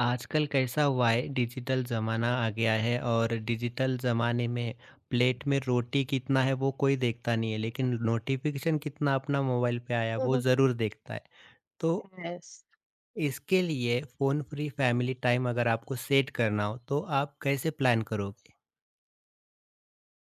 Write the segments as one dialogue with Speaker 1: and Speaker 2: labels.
Speaker 1: आजकल कैसा हुआ है डिजिटल ज़माना आ गया है और डिजिटल ज़माने में प्लेट में रोटी कितना है वो कोई देखता नहीं है लेकिन नोटिफिकेशन कितना अपना मोबाइल पे आया वो
Speaker 2: हुँ,
Speaker 1: ज़रूर देखता है। तो
Speaker 2: यस।
Speaker 1: इसके लिए फ़ोन फ्री फैमिली टाइम अगर आपको सेट करना हो तो आप कैसे प्लान करोगे?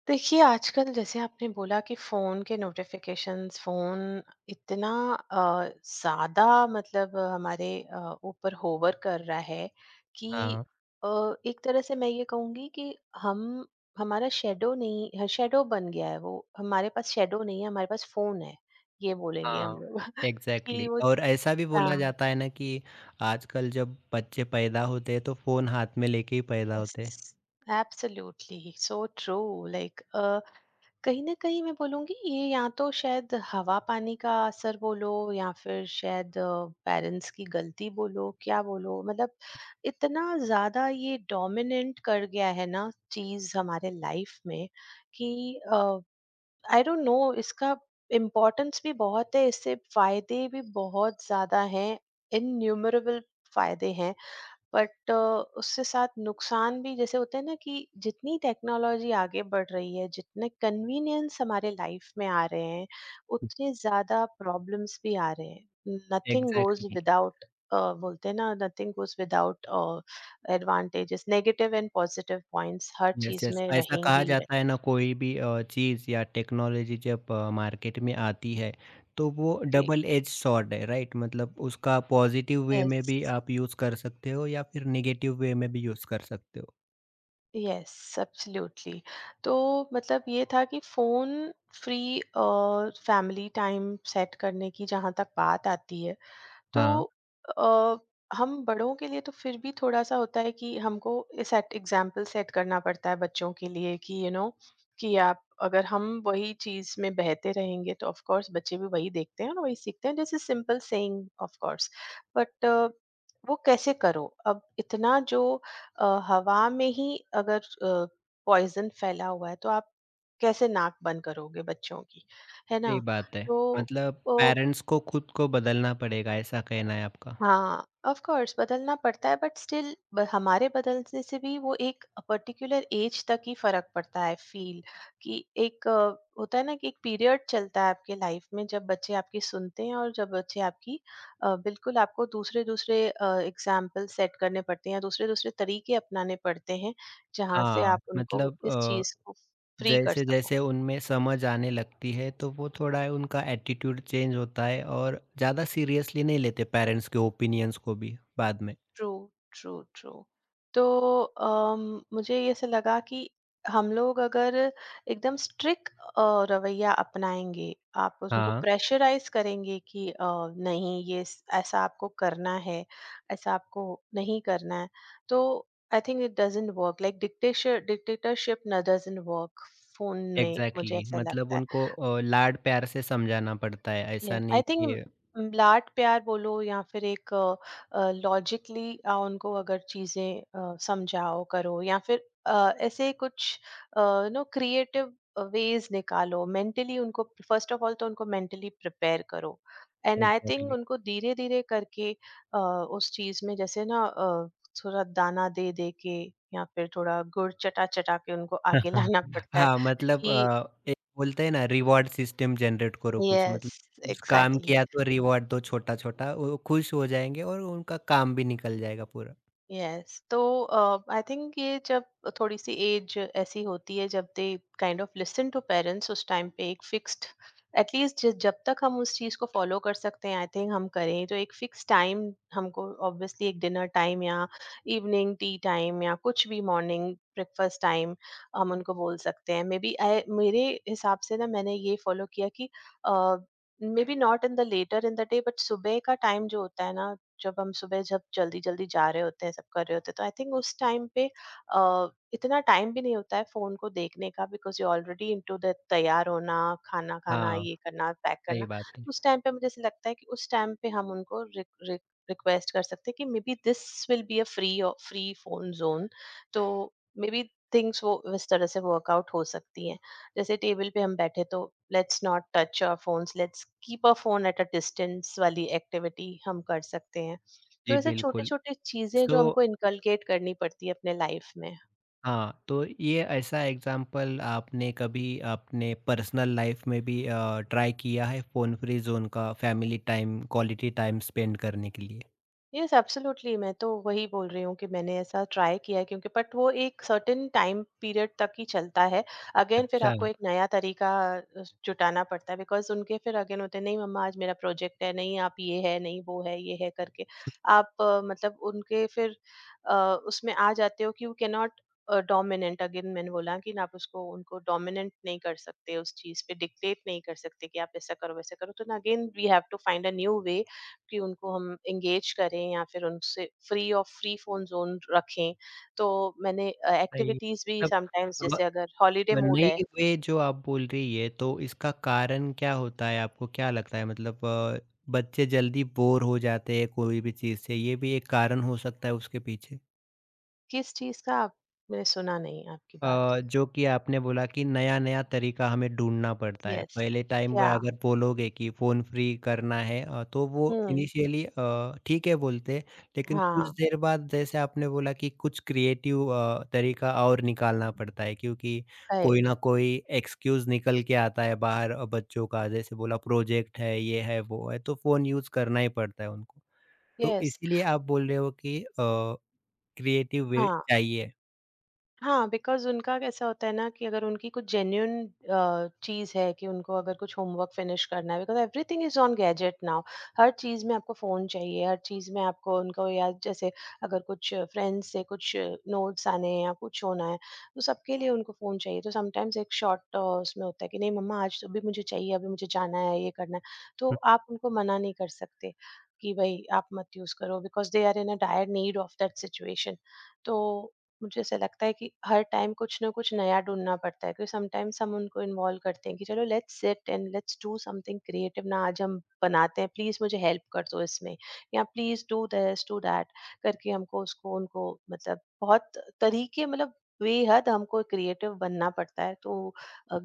Speaker 2: देखिए, आजकल जैसे आपने बोला कि फ़ोन के नोटिफ़िकेशंस, फ़ोन इतना अ, ज़्यादा मतलब हमारे ऊपर होवर कर रहा है कि
Speaker 1: हाँ,
Speaker 2: अ, एक तरह से मैं ये कहूँगी कि हम हमारा शैडो नहीं ह शैडो बन गया है वो। हमारे पास शैडो नहीं है, हमारे पास फ़ोन है, ये बोलेंगे हम
Speaker 1: हाँ।
Speaker 2: लोग कि
Speaker 1: एग्ज़ैक्टली
Speaker 2: वो
Speaker 1: और ऐसा भी बोला
Speaker 2: हाँ,
Speaker 1: जाता है ना कि आजकल जब बच्चे पैदा होते हैं तो फ़ोन हाथ में लेके ही पैदा
Speaker 2: यस।
Speaker 1: होते हैं।
Speaker 2: Absolutely, so true like a कहीं न कहीं मैं बोलूँगी ये या तो शायद हवा पानी का असर बोलो या फिर शायद पेरेंट्स की गलती बोलो, क्या बोलो मतलब इतना ज़्यादा ये डोमिनेंट कर गया है ना चीज़ हमारे लाइफ में कि आई डोंट नो इसका इम्पोर्टेंस भी बहुत है, इससे फ़ायदे भी बहुत ज़्यादा हैं, इन्यूमरेबल फ़ायदे हैं बट उससे साथ नुकसान भी जैसे होते हैं ना कि जितनी टेक्नोलॉजी आगे बढ़ रही है जितने कन्वीनियंस हमारे लाइफ में आ रहे हैं उतने ज्यादा प्रॉब्लम्स भी आ रहे हैं नथिंग गोज
Speaker 1: एग्ज़ैक्टली।
Speaker 2: विदाउट बोलते हैं ना nothing goes without advantages negative and positive points हर
Speaker 1: यस,
Speaker 2: चीज
Speaker 1: यस।
Speaker 2: में
Speaker 1: ऐसा कहा
Speaker 2: रहेंगी ही
Speaker 1: जाता है ना कोई भी चीज़ या टेक्नोलॉज़ी जब मार्केट में आती है, तो वो डबल
Speaker 2: रहेंगे।
Speaker 1: एज सॉर्ड है, राइट? मतलब उसका पॉज़िटिव वे में भी
Speaker 2: यस,
Speaker 1: आप यूज़ कर सकते हो या फिर नेगेटिव वे में भी यूज़ कर सकते हो।
Speaker 2: Yes, absolutely. तो मतलब ये था कि phone free family time set करने की जहाँ तक बात आती है तो
Speaker 1: हाँ,
Speaker 2: अ, हम बड़ों के लिए तो फिर भी थोड़ा-सा होता है कि हमको सेट एग्जाम्पल सेट करना पड़ता है बच्चों के लिए कि यू नो कि आप अगर हम वही चीज़ में बहते रहेंगे तो ऑफ कोर्स बच्चे भी वही देखते हैं और वही सीखते हैं जैसे simple saying of course but वो कैसे करो अब इतना जो हवा में ही अगर पॉइजन फैला हुआ है तो आप कैसे नाक बंद करोगे बच्चों की है ना।
Speaker 1: सही बात है।
Speaker 2: तो
Speaker 1: मतलब पेरेंट्स को खुद को बदलना पड़ेगा, ऐसा कहना है आपका?
Speaker 2: हाँ, ऑफ कोर्स बदलना पड़ता है बट स्टिल हमारे बदलने से भी वो एक पर्टिकुलर एज तक ही फर्क पड़ता है फील कि एक होता है ना कि एक पीरियड चलता है आपके लाइफ में जब बच्चे आपकी सुनते हैं और जब बच्चे आपकी बिल्कुल आपको दूसरे दूसरे एग्जाम्पल सेट करने पड़ते हैं या दूसरे दूसरे तरीके अपनाने पड़ते हैं जहाँ से
Speaker 1: हाँ,
Speaker 2: आप उनको
Speaker 1: मतलब
Speaker 2: इस चीज को फ्री कर सको।
Speaker 1: जैसे-जैसे उनमें समझ आने लगती है, तो वो थोड़ा उनका एटीट्यूड चेंज होता है और ज़्यादा सीरियसली नहीं लेते पेरेंट्स के ओपिनियंस को भी बाद में।
Speaker 2: True, true, true. तो अम, मुझे ये से लगा कि हम लोग अगर एकदम स्ट्रिक्ट रवैया अपनाएंगे आप उनको
Speaker 1: हाँ,
Speaker 2: प्रेशराइज करेंगे कि नहीं ये ऐसा आपको करना है ऐसा आपको नहीं करना है तो I think it doesn't work like dictation dictatorship न डजेंट वर्क फोन में मुझे
Speaker 1: एग्ज़ैक्टली
Speaker 2: ऐसा
Speaker 1: मतलब
Speaker 2: लगता है।
Speaker 1: उनको लाड-प्यार से समझाना पड़ता है, ऐसा
Speaker 2: यस आई
Speaker 1: नहीं
Speaker 2: थिंक
Speaker 1: कि
Speaker 2: लाड प्यार बोलो या फिर एक लॉजिकली उनको अगर चीजें समझाओ करो या फिर ऐसे कुछ नो क्रिएटिव वेज निकालो मेंटली उनको फर्स्ट ऑफ ऑल तो उनको मेंटली प्रिपेयर करो एंड आई थिंक
Speaker 1: एग्ज़ैक्टली
Speaker 2: उनको धीरे धीरे करके उस चीज में जैसे ना थोड़ा दाना दे दे के या फिर थोड़ा गुड़ चटा चटा के उनको आगे लाना पड़ता है
Speaker 1: हाँ, मतलब
Speaker 2: कि
Speaker 1: एक बोलते हैं ना रिवॉर्ड सिस्टम जनरेट करो कुछ
Speaker 2: यस,
Speaker 1: मतलब कुछ काम
Speaker 2: एग्जैक्टली।
Speaker 1: किया तो रिवॉर्ड दो छोटा-छोटा, वो खुश हो जाएँगे और उनका काम भी निकल जाएगा पूरा।
Speaker 2: यस तो आई थिंक ये जब थोड़ी सी एज ऐसी होती है जब they kind of listen to parents उस टाइम पे एक फिक्स्ड एटलीस्ट जब तक हम उस चीज़ को फॉलो कर सकते हैं आई थिंक हम करें तो एक फिक्स टाइम हमको ऑब्वियसली एक डिनर टाइम या इवनिंग टी टाइम या कुछ भी मॉर्निंग ब्रेकफास्ट टाइम हम उनको बोल सकते हैं मे बी आई मेरे हिसाब से ना मैंने ये फॉलो किया कि maybe not in the later in the day but सुबह का टाइम जो होता है ना जब हम सुबह जब जल्दी-जल्दी जा रहे होते हैं, सब कर रहे होते हैं, तो आई थिंक उस टाइम पे अ, इतना टाइम भी नहीं होता है फ़ोन को देखने का because you already into the तैयार होना, खाना खाना,
Speaker 1: हाँ,
Speaker 2: ये करना, पैक
Speaker 1: सही
Speaker 2: करना।
Speaker 1: बात है।
Speaker 2: उस टाइम पे मुझे ऐसा लगता है कि उस टाइम पे हम उनको रिक रिक रिक्वेस्ट कर सकते हैं कि maybe this will be a free phone zone. तो मे बी थिंग्स वो इस तरह से वर्कआउट हो सकती हैं। जैसे टेबल पे हम बैठे तो let's not touch our phones let's keep our phone at a distance वाली एक्टिविटी हम कर सकते हैं। तो
Speaker 1: जी,
Speaker 2: ऐसे छोटे
Speaker 1: बिल्कुल।
Speaker 2: छोटे चीजें
Speaker 1: तो
Speaker 2: जो हमको इनकलकेट करनी पड़ती है अपने लाइफ में।
Speaker 1: हाँ, तो ये ऐसा एग्ज़ाम्पल आपने कभी अपने पर्सनल लाइफ़ में भी ट्राई किया है फ़ोन फ्री ज़ोन का family time, quality time spend करने के लिए?
Speaker 2: Yes, absolutely. मैं तो वही बोल रही हूँ कि मैंने ऐसा ट्राई किया है क्योंकि बट वो एक सर्टेन टाइम पीरियड तक ही चलता है अगेन फिर
Speaker 1: अच्छा,
Speaker 2: आपको एक नया तरीका जुटाना पड़ता है बिकॉज उनके फिर अगेन होते हैं नहीं मम्मा आज मेरा प्रोजेक्ट है नहीं आप ये है नहीं वो है ये है करके आप मतलब उनके फिर अ, उसमें आ जाते हो कि you can not dominant again मैंने बोला कि ना आप उसको उनको डोमिनेंट नहीं कर सकते उस चीज पे डिक्टेट नहीं कर सकते कि आप ऐसा करो वैसा करो तो ना again we have to find a new way कि उनको हम एंगेज करें या फिर उनसे फ्री और फ्री फ़ोन ज़ोन रखें। तो मैंने
Speaker 1: सही
Speaker 2: एक्टिविटीज़ भी समटाइम्स
Speaker 1: मतलब
Speaker 2: जैसे अगर हॉलिडे
Speaker 1: व
Speaker 2: मूड
Speaker 1: नई
Speaker 2: है,
Speaker 1: वे जो आप बोल रही है, तो इसका कारण क्या होता है? आपको क्या लगता है? मतलब बच्चे जल्दी बोर हो जाते हैं कोई भी चीज़ से, ये भी एक कारण हो सकता है उसके पीछे?
Speaker 2: किस चीज़ का आपने सुना नहीं आपकी बात।
Speaker 1: जो कि आपने बोला कि नया-नया तरीका हमें ढूँढना पड़ता है।
Speaker 2: येस।
Speaker 1: पहले टाइम में
Speaker 2: या
Speaker 1: अगर बोलोगे कि फ़ोन फ्री करना है तो वो
Speaker 2: हुँ।
Speaker 1: इनिशियली ठीक है बोलते, लेकिन कुछ
Speaker 2: हाँ,
Speaker 1: देर बाद जैसे आपने बोला कि कुछ क्रिएटिव तरीका और निकालना पड़ता है क्योंकि कोई
Speaker 2: राइट।
Speaker 1: ना कोई एक्सक्यूज़ निकल के आता है बाहर बच्चों का जैसे बोला प्रोजेक्ट है, ये है, वो है, तो फ़ोन यूज़ करना ही पड़ता है उनको। तो
Speaker 2: येस,
Speaker 1: इसीलिए आप बोल रहे हो कि क्रिएटिव वे
Speaker 2: हाँ।
Speaker 1: चाहिए।
Speaker 2: हाँ, बिकॉज़ उनका कैसा होता है ना कि अगर उनकी कुछ जेन्युइन चीज़ है कि उनको अगर कुछ होमवर्क फिनिश करना है because everything is on gadget now. हर चीज़ में आपको फ़ोन चाहिए, हर चीज़ में आपको उनको या जैसे अगर कुछ फ्रेंड्स से कुछ नोट्स आने हैं या कुछ होना है, तो सबके लिए उनको फ़ोन चाहिए। तो समटाइम्स एक शॉर्ट उसमें होता है कि नहीं मम्मा आज तो अभी मुझे चाहिए, अभी मुझे जाना है, ये करना है। तो आप उनको मना नहीं कर सकते कि भई आप मत यूज़ करो because they are in a dire need of that situation. तो मुझे ऐसा लगता है कि हर टाइम कुछ ना कुछ नया ढूंढना पड़ता है क्योंकि समटाइम्स हम उनको इन्वॉल्व करते हैं कि चलो let's sit and let's do something creative ना आज हम बनाते हैं प्लीज मुझे हेल्प कर दो इसमें या please do this do that करके हमको उसको उनको मतलब बहुत तरीके मतलब बेहद हमको क्रिएटिव बनना पड़ता है तो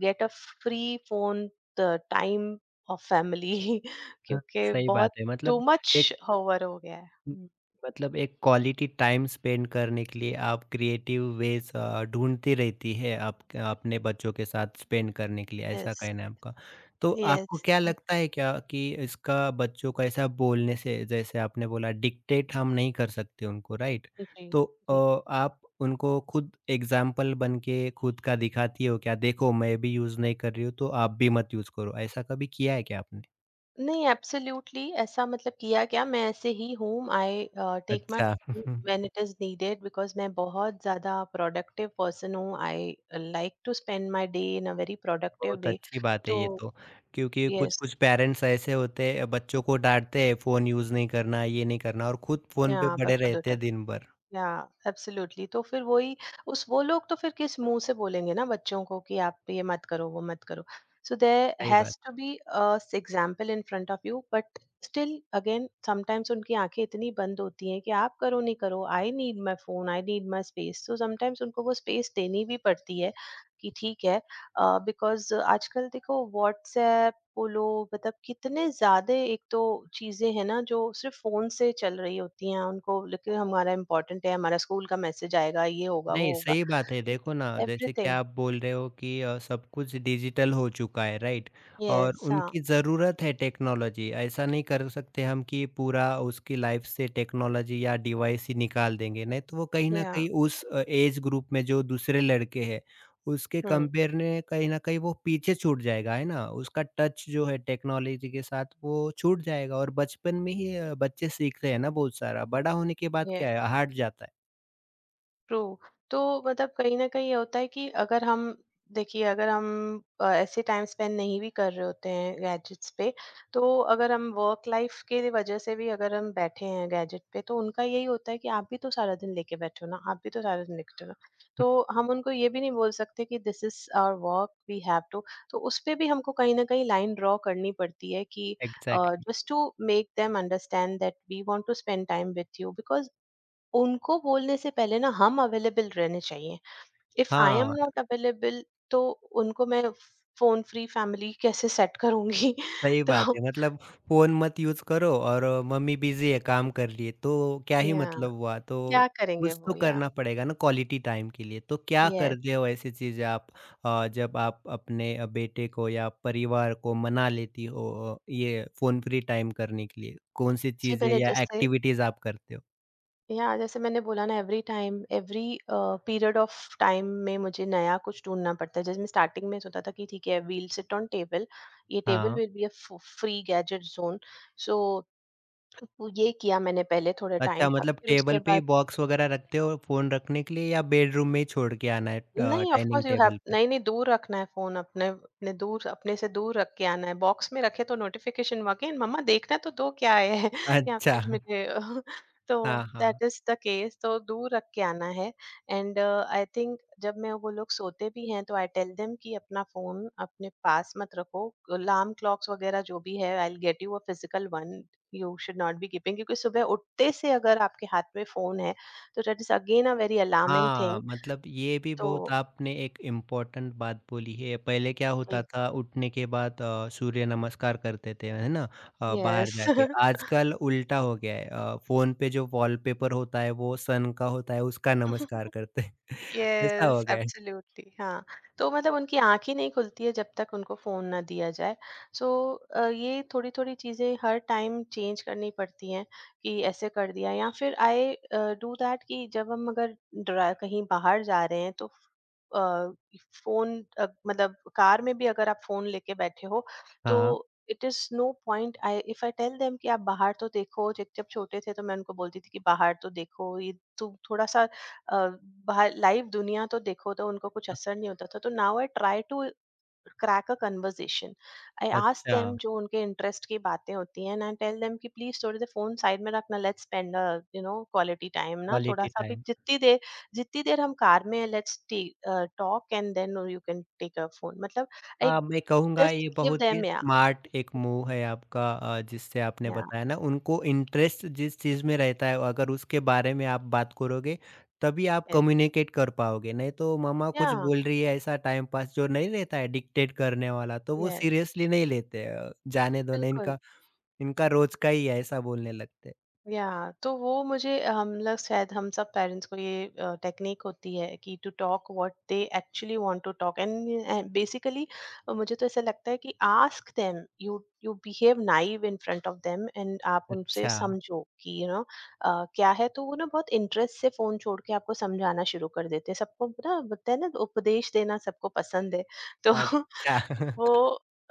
Speaker 2: get a free phone the time of family
Speaker 1: हाँ,
Speaker 2: क्योंकि
Speaker 1: सही
Speaker 2: बहुत
Speaker 1: बात है
Speaker 2: टू
Speaker 1: मतलब
Speaker 2: मच
Speaker 1: एक
Speaker 2: होवर हो गया है। हम्म,
Speaker 1: एक क्वालिटी टाइम स्पेंड करने के लिए आप क्रिएटिव वेज ढूँढती रहती है आप अपने बच्चों के साथ स्पेंड करने के लिए, ऐसा
Speaker 2: यस,
Speaker 1: कहना है आपका। तो आपको
Speaker 2: यस,
Speaker 1: क्या लगता है क्या कि इसका बच्चों को ऐसा बोलने से जैसे आपने बोला डिक्टेट हम नहीं कर सकते उनको राइट?
Speaker 2: जी,
Speaker 1: तो
Speaker 2: जी।
Speaker 1: आप उनको खुद एग्ज़ाम्पल बन के खुद का दिखाती हो क्या? देखो मैं भी यूज़ नहीं कर रही हूँ तो आप भी मत यूज़ करो, ऐसा कभी किया है क्या आपने?
Speaker 2: नहीं एब्सोल्युटली ऐसा मतलब किया क्या मैं ऐसे ही हूँ आई टेक माय
Speaker 1: अच्छा।
Speaker 2: When it is needed because मैं बहुत ज्यादा प्रोडक्टिव पर्सन हूँ I like to spend my day in a very productive
Speaker 1: बहुत
Speaker 2: वे
Speaker 1: अच्छी बात है
Speaker 2: तो
Speaker 1: ये तो, क्योंकि
Speaker 2: यस
Speaker 1: कुछ-कुछ पेरेंट्स ऐसे होते हैं, बच्चों को डाँटते हैं फ़ोन यूज़ नहीं करना, ये नहीं करना और खुद फ़ोन पे
Speaker 2: यहाँ पर
Speaker 1: पड़े
Speaker 2: खुद
Speaker 1: रहते
Speaker 2: उठक
Speaker 1: हैं दिन भर।
Speaker 2: या एब्सोल्युटली तो फिर वही उस वो लोग तो फिर किस मुंह से बोलेंगे ना बच्चों को कि आप ये मत करो वो मत करो सो देयर
Speaker 1: सही बात।
Speaker 2: Has to be a example in front of you but still again sometimes उनकी आंखें इतनी बंद होती हैं कि आप करो नहीं करो I need my phone I need my space so sometimes उनको वो स्पेस देनी भी पड़ती है कि ठीक है बिकॉज आजकल देखो व्हाट्सएप बोलो मतलब कितने ज्यादा एक तो चीजें हैं ना जो सिर्फ फोन से चल रही होती हैं उनको लेकिन हमारा इम्पोर्टेंट है हमारा स्कूल का मैसेज आएगा ये होगा वो
Speaker 1: नहीं,
Speaker 2: होगा
Speaker 1: सही बात है। देखो ना, जैसे कि
Speaker 2: एवरीथिंग।
Speaker 1: आप बोल रहे हो कि सब कुछ डिजिटल हो चुका है, राइट? और
Speaker 2: यस, हाँ,
Speaker 1: उनकी ज़रूरत है टेक्नोलॉजी, ऐसा नहीं कर सकते हम कि पूरा उसकी लाइफ़ से टेक्नोलॉजी या डिवाइस ही निकाल देंगे, नहीं तो वो कहीं न
Speaker 2: या,
Speaker 1: कहीं उस एज ग्रुप में जो दूसरे लड़के हैं, उसके
Speaker 2: हम्म,
Speaker 1: कंपेयर में कहीं न कहीं वो पीछे छूट जाएगा, है ना? उसका टच जो है टेक्नोलॉजी के साथ, वो छूट जाएगा और बचपन में ही बच्चे सीखते हैं ना बहुत सारा, बड़ा होने के बाद क्या है, हट जाता है।
Speaker 2: ट्रू। तो मतलब कहीं न कहीं ये होता है कि अगर हम देखिए अगर हम ऐसे टाइम स्पेंड नहीं भी कर रहे होते हैं गैजेट्स पे, तो अगर हम वर्क लाइफ़ के वज़ह से भी अगर हम बैठे हैं गैजेट पे, तो उनका यही होता है कि आप भी तो सारा दिन लेके बैठे हो ना, आप भी तो सारा दिन लेके हो।
Speaker 1: हुँ,
Speaker 2: तो हम उनको ये भी नहीं बोल सकते कि this is our work, we have to. तो उसपे भी हमको कहीं न कहीं लाइन ड्रॉ करनी पड़ती है कि uh,
Speaker 1: exactly.
Speaker 2: Just to make them understand that we want to spend time with you because उनको बोलने से पहले ना हम अवेलेबल रहने चाहिए इफ आई एम
Speaker 1: हाँ,
Speaker 2: नॉट अवेलेबल तो उनको मैं फोन फ्री फैमिली कैसे सेट करूंगी
Speaker 1: सही
Speaker 2: तो
Speaker 1: बात है मतलब फ़ोन मत यूज़ करो और मम्मी बिज़ी है काम कर रही है, तो क्या ही
Speaker 2: या
Speaker 1: मतलब हुआ?
Speaker 2: क्या
Speaker 1: तो
Speaker 2: करेंगे
Speaker 1: कुछ तो
Speaker 2: वो या
Speaker 1: करना पड़ेगा ना क्वालिटी टाइम के लिए, तो क्या
Speaker 2: यस
Speaker 1: करते हो ऐसी चीज़ें आप जब आप अपने बेटे को या परिवार को मना लेती हो ये फ़ोन फ्री टाइम करने के लिए? कौन-सी
Speaker 2: जी
Speaker 1: चीज़ें
Speaker 2: मैंने
Speaker 1: या
Speaker 2: जैसे
Speaker 1: एक्टिविटीज़ आप करते हो?
Speaker 2: या जैसे मैंने बोला ना every time every period of time में मुझे नया कुछ ढूंढना पड़ता है जैसे मैं स्टार्टिंग में सोचा था कि ठीक है वील सिट ऑन टेबल ये टेबल
Speaker 1: हाँ,
Speaker 2: will be a free gadget zone so ये किया मैंने पहले थोड़े
Speaker 1: अच्छा
Speaker 2: टाइम तक
Speaker 1: मतलब
Speaker 2: फिर
Speaker 1: टेबल
Speaker 2: उसके
Speaker 1: पे ही
Speaker 2: बाद
Speaker 1: बॉक्स वग़ैरह रखते हो फ़ोन रखने के लिए या बेडरूम में ही छोड़ के आना है
Speaker 2: नहीं of course
Speaker 1: dining
Speaker 2: you have
Speaker 1: table पे?
Speaker 2: नहीं, नहीं दूर रखना है फ़ोन अपने अपने दूर अपने से दूर रख के आना है। बॉक्स में रखे तो नोटिफ़िकेशन वाक़ई मम्मा देखना तो दो क्या है या
Speaker 1: अच्छा,
Speaker 2: फिर मुझे तो
Speaker 1: हाँ, हाँ।
Speaker 2: दैट इज़ द केस तो दूर रख के आना है एंड आई थिंक जब मैं वो लोग सोते भी हैं तो आई टेल देम कि अपना फ़ोन अपने पास मत रखो। अलार्म क्लॉक्स वग़ैरह जो भी है I will get you a physical one. You should not be keeping क्योंकि सुबह उठते से अगर आपके हाथ में फ़ोन है तो that is again a very alarming
Speaker 1: हाँ,
Speaker 2: थिंग।
Speaker 1: मतलब ये भी
Speaker 2: तो
Speaker 1: बहुत आपने एक इम्पोर्टेंट बात बोली है। पहले क्या होता था उठने के बाद सूर्य नमस्कार करते थे, है ना? बाहर
Speaker 2: यस
Speaker 1: जाके। आजकल उल्टा हो गया है। फ़ोन पे जो वॉलपेपर होता है वो सन का होता है, उसका नमस्कार करते हैं। ऐसा
Speaker 2: यस,
Speaker 1: हो गया है।
Speaker 2: एब्सोल्युटली, हाँ। तो मतलब उनकी आंख ही नहीं खुलती है जब तक उनको फोन ना दिया जाए सो ये थोड़ी थोड़ी चीजें हर टाइम चेंज करनी पड़ती हैं कि ऐसे कर दिया या फिर आई डू दैट कि जब हम अगर कहीं बाहर जा रहे हैं तो अ, फ़ोन मतलब कार में भी अगर आप फ़ोन लेके बैठे हो, तो
Speaker 1: हाँ,
Speaker 2: it is no point I if I tell them कि आप बाहर तो देखो, जब जब छोटे थे तो मैं उनको बोलती थी कि बाहर तो देखो, ये तुम थोड़ा-सा बाहर लाइव दुनिया तो देखो, तो उनको कुछ असर नहीं होता था। तो now I try to crack a conversation. I ask
Speaker 1: अच्छा,
Speaker 2: them जो उनके इंटरेस्ट की बातें होती हैं and I tell them कि प्लीज थोड़ी देर फोन साइड में रखना let's spend you know quality time ना थोड़ा
Speaker 1: क्वालिटी
Speaker 2: सा भी
Speaker 1: टाइम।
Speaker 2: जितनी देर हम कार में है let's talk and then you can take a phone मतलब आई
Speaker 1: हाँ, मैं कहूँगा
Speaker 2: जस्ट
Speaker 1: ये
Speaker 2: गिव
Speaker 1: बहुत ही
Speaker 2: देम
Speaker 1: स्मार्ट एक मूव है आपका जिससे आपने
Speaker 2: या
Speaker 1: बताया ना उनको इंटरेस्ट जिस चीज़ में रहता है अगर उसके बारे में आप बात करोगे तभी आप
Speaker 2: यस
Speaker 1: कम्युनिकेट कर पाओगे नहीं तो मम्मा
Speaker 2: या
Speaker 1: कुछ बोल रही है ऐसा टाइम पास जो नहीं रहता है डिक्टेट करने वाला तो वो
Speaker 2: यस
Speaker 1: सीरियसली नहीं लेते जाने दो ना
Speaker 2: बिल्कुल
Speaker 1: इनका इनका रोज का ही है ऐसा बोलने लगते हैं।
Speaker 2: या तो वो मुझे हम लोग शायद हम सब पेरेंट्स को ये टेक्निक होती है कि to talk what they actually want to talk and basically मुझे तो ऐसा लगता है कि ask them you you behave naive in front of them and आप उनसे
Speaker 1: अच्छा
Speaker 2: समझो कि यू नो क्या है तो वो ना बहुत इंटरेस्ट से फोन छोड़ के आपको समझाना शुरू कर देते हैं सबको ना होता है ना उपदेश देना सबको पसंद है तो
Speaker 1: अच्छा
Speaker 2: वो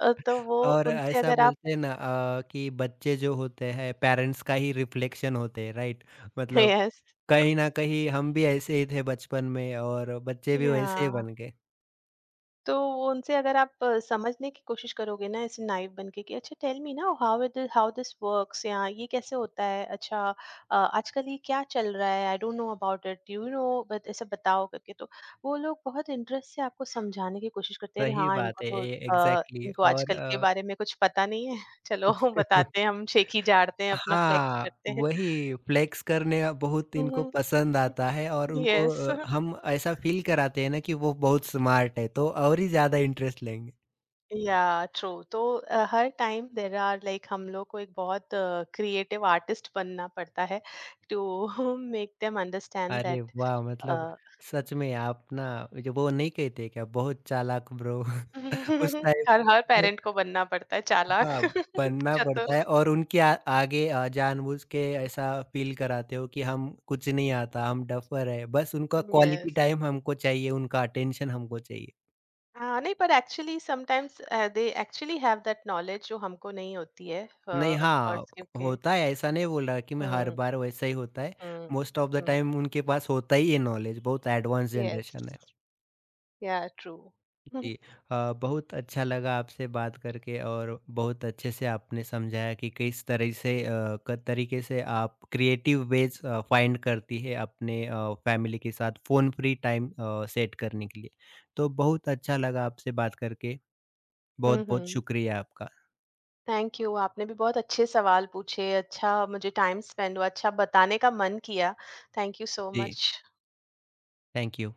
Speaker 2: तो वो
Speaker 1: और
Speaker 2: उनसे
Speaker 1: ऐसा
Speaker 2: अगर आप
Speaker 1: बोलते हैं ना कि बच्चे जो होते हैं पेरेंट्स का ही रिफ्लेक्शन होते हैं राइट मतलब
Speaker 2: यस
Speaker 1: कहीं न कहीं हम भी ऐसे ही थे बचपन में और बच्चे भी
Speaker 2: या
Speaker 1: वैसे ही बन गए।
Speaker 2: तो उनसे अगर आप समझने की कोशिश करोगे ना ऐसे नाइव बन के कि अच्छा टेल मी ना how it how this works या ये कैसे होता है अच्छा आजकल ये क्या चल रहा है I don't know about it you know but ऐसे बताओ करके तो वो लोग बहुत इंटरेस्ट से आपको समझाने की कोशिश करते हैं अरे
Speaker 1: सही
Speaker 2: हाँ
Speaker 1: बात
Speaker 2: इनको
Speaker 1: है
Speaker 2: तो
Speaker 1: ए एग्ज़ैक्टली
Speaker 2: इनको
Speaker 1: और
Speaker 2: आजकल के बारे में कुछ पता नहीं है चलो बताते हैं हम शेखी झाड़ते हैं अपना फ्लेक्स
Speaker 1: हाँ,
Speaker 2: करते
Speaker 1: वही फ्लेक्स करने का बहुत इनको
Speaker 2: हैं
Speaker 1: पसंद आता है और उनको
Speaker 2: यस
Speaker 1: हम ऐसा फ़ील कराते हैं ना कि वो बहुत स्मार्ट है तो और ही ज़्यादा इंटरेस्ट लेंगे।
Speaker 2: या ट्रू तो हर टाइम देयर आर लाइक हम लोग को एक बहुत क्रिएटिव आर्टिस्ट बनना पड़ता है टू मेक देम अंडरस्टैंड
Speaker 1: अरे
Speaker 2: दैट
Speaker 1: वाह! मतलब सच में आप ना जो वो नहीं कहते क्या बहुत चालाक ब्रो उस टाइप
Speaker 2: हर हर पेरेंट को बनना पड़ता है चालाक
Speaker 1: हाँ, बनना पड़ता
Speaker 2: चतुर।
Speaker 1: है और उनके आ आगे जानबूझ के ऐसा फ़ील कराते हो कि हम कुछ नहीं आता, हम डफ़र है। बस उनका क्वालिटी
Speaker 2: यस,
Speaker 1: टाइम हमको चाहिए, उनका अटेंशन हमको चाहिए।
Speaker 2: हाँ, नहीं पर actually sometimes they actually have that knowledge जो हमको नहीं होती है
Speaker 1: नहीं
Speaker 2: ऑफ
Speaker 1: हाँ,
Speaker 2: कोर्स क्योंकि
Speaker 1: होता है ऐसा नहीं बोल रहा कि मैं हर
Speaker 2: हम्म,
Speaker 1: बार वैसा ही होता है। Most of the
Speaker 2: hmm,
Speaker 1: time उनके पास होता ही है नॉलेज, बहुत एडवांस
Speaker 2: यस,
Speaker 1: जनरेशन है।
Speaker 2: या ट्रू। Yes, yeah, true.
Speaker 1: जी, बहुत अच्छा लगा आपसे बात करके और बहुत अच्छे से आपने समझाया कि किस तरह से क- तरीके से आप क्रिएटिव वेज फाइंड करती है अपने फैमिली के साथ फ़ोन फ्री टाइम सेट करने के लिए तो बहुत अच्छा लगा आपसे बात करके बहुत
Speaker 2: हम्म,
Speaker 1: बहुत
Speaker 2: हम्म,
Speaker 1: शुक्रिया आपका
Speaker 2: थैंक यू। आपने भी बहुत अच्छे सवाल पूछे, अच्छा मुझे टाइम स्पेंड हुआ, अच्छा बताने का मन किया। थैंक यू सो
Speaker 1: जी
Speaker 2: मच।
Speaker 1: Thank you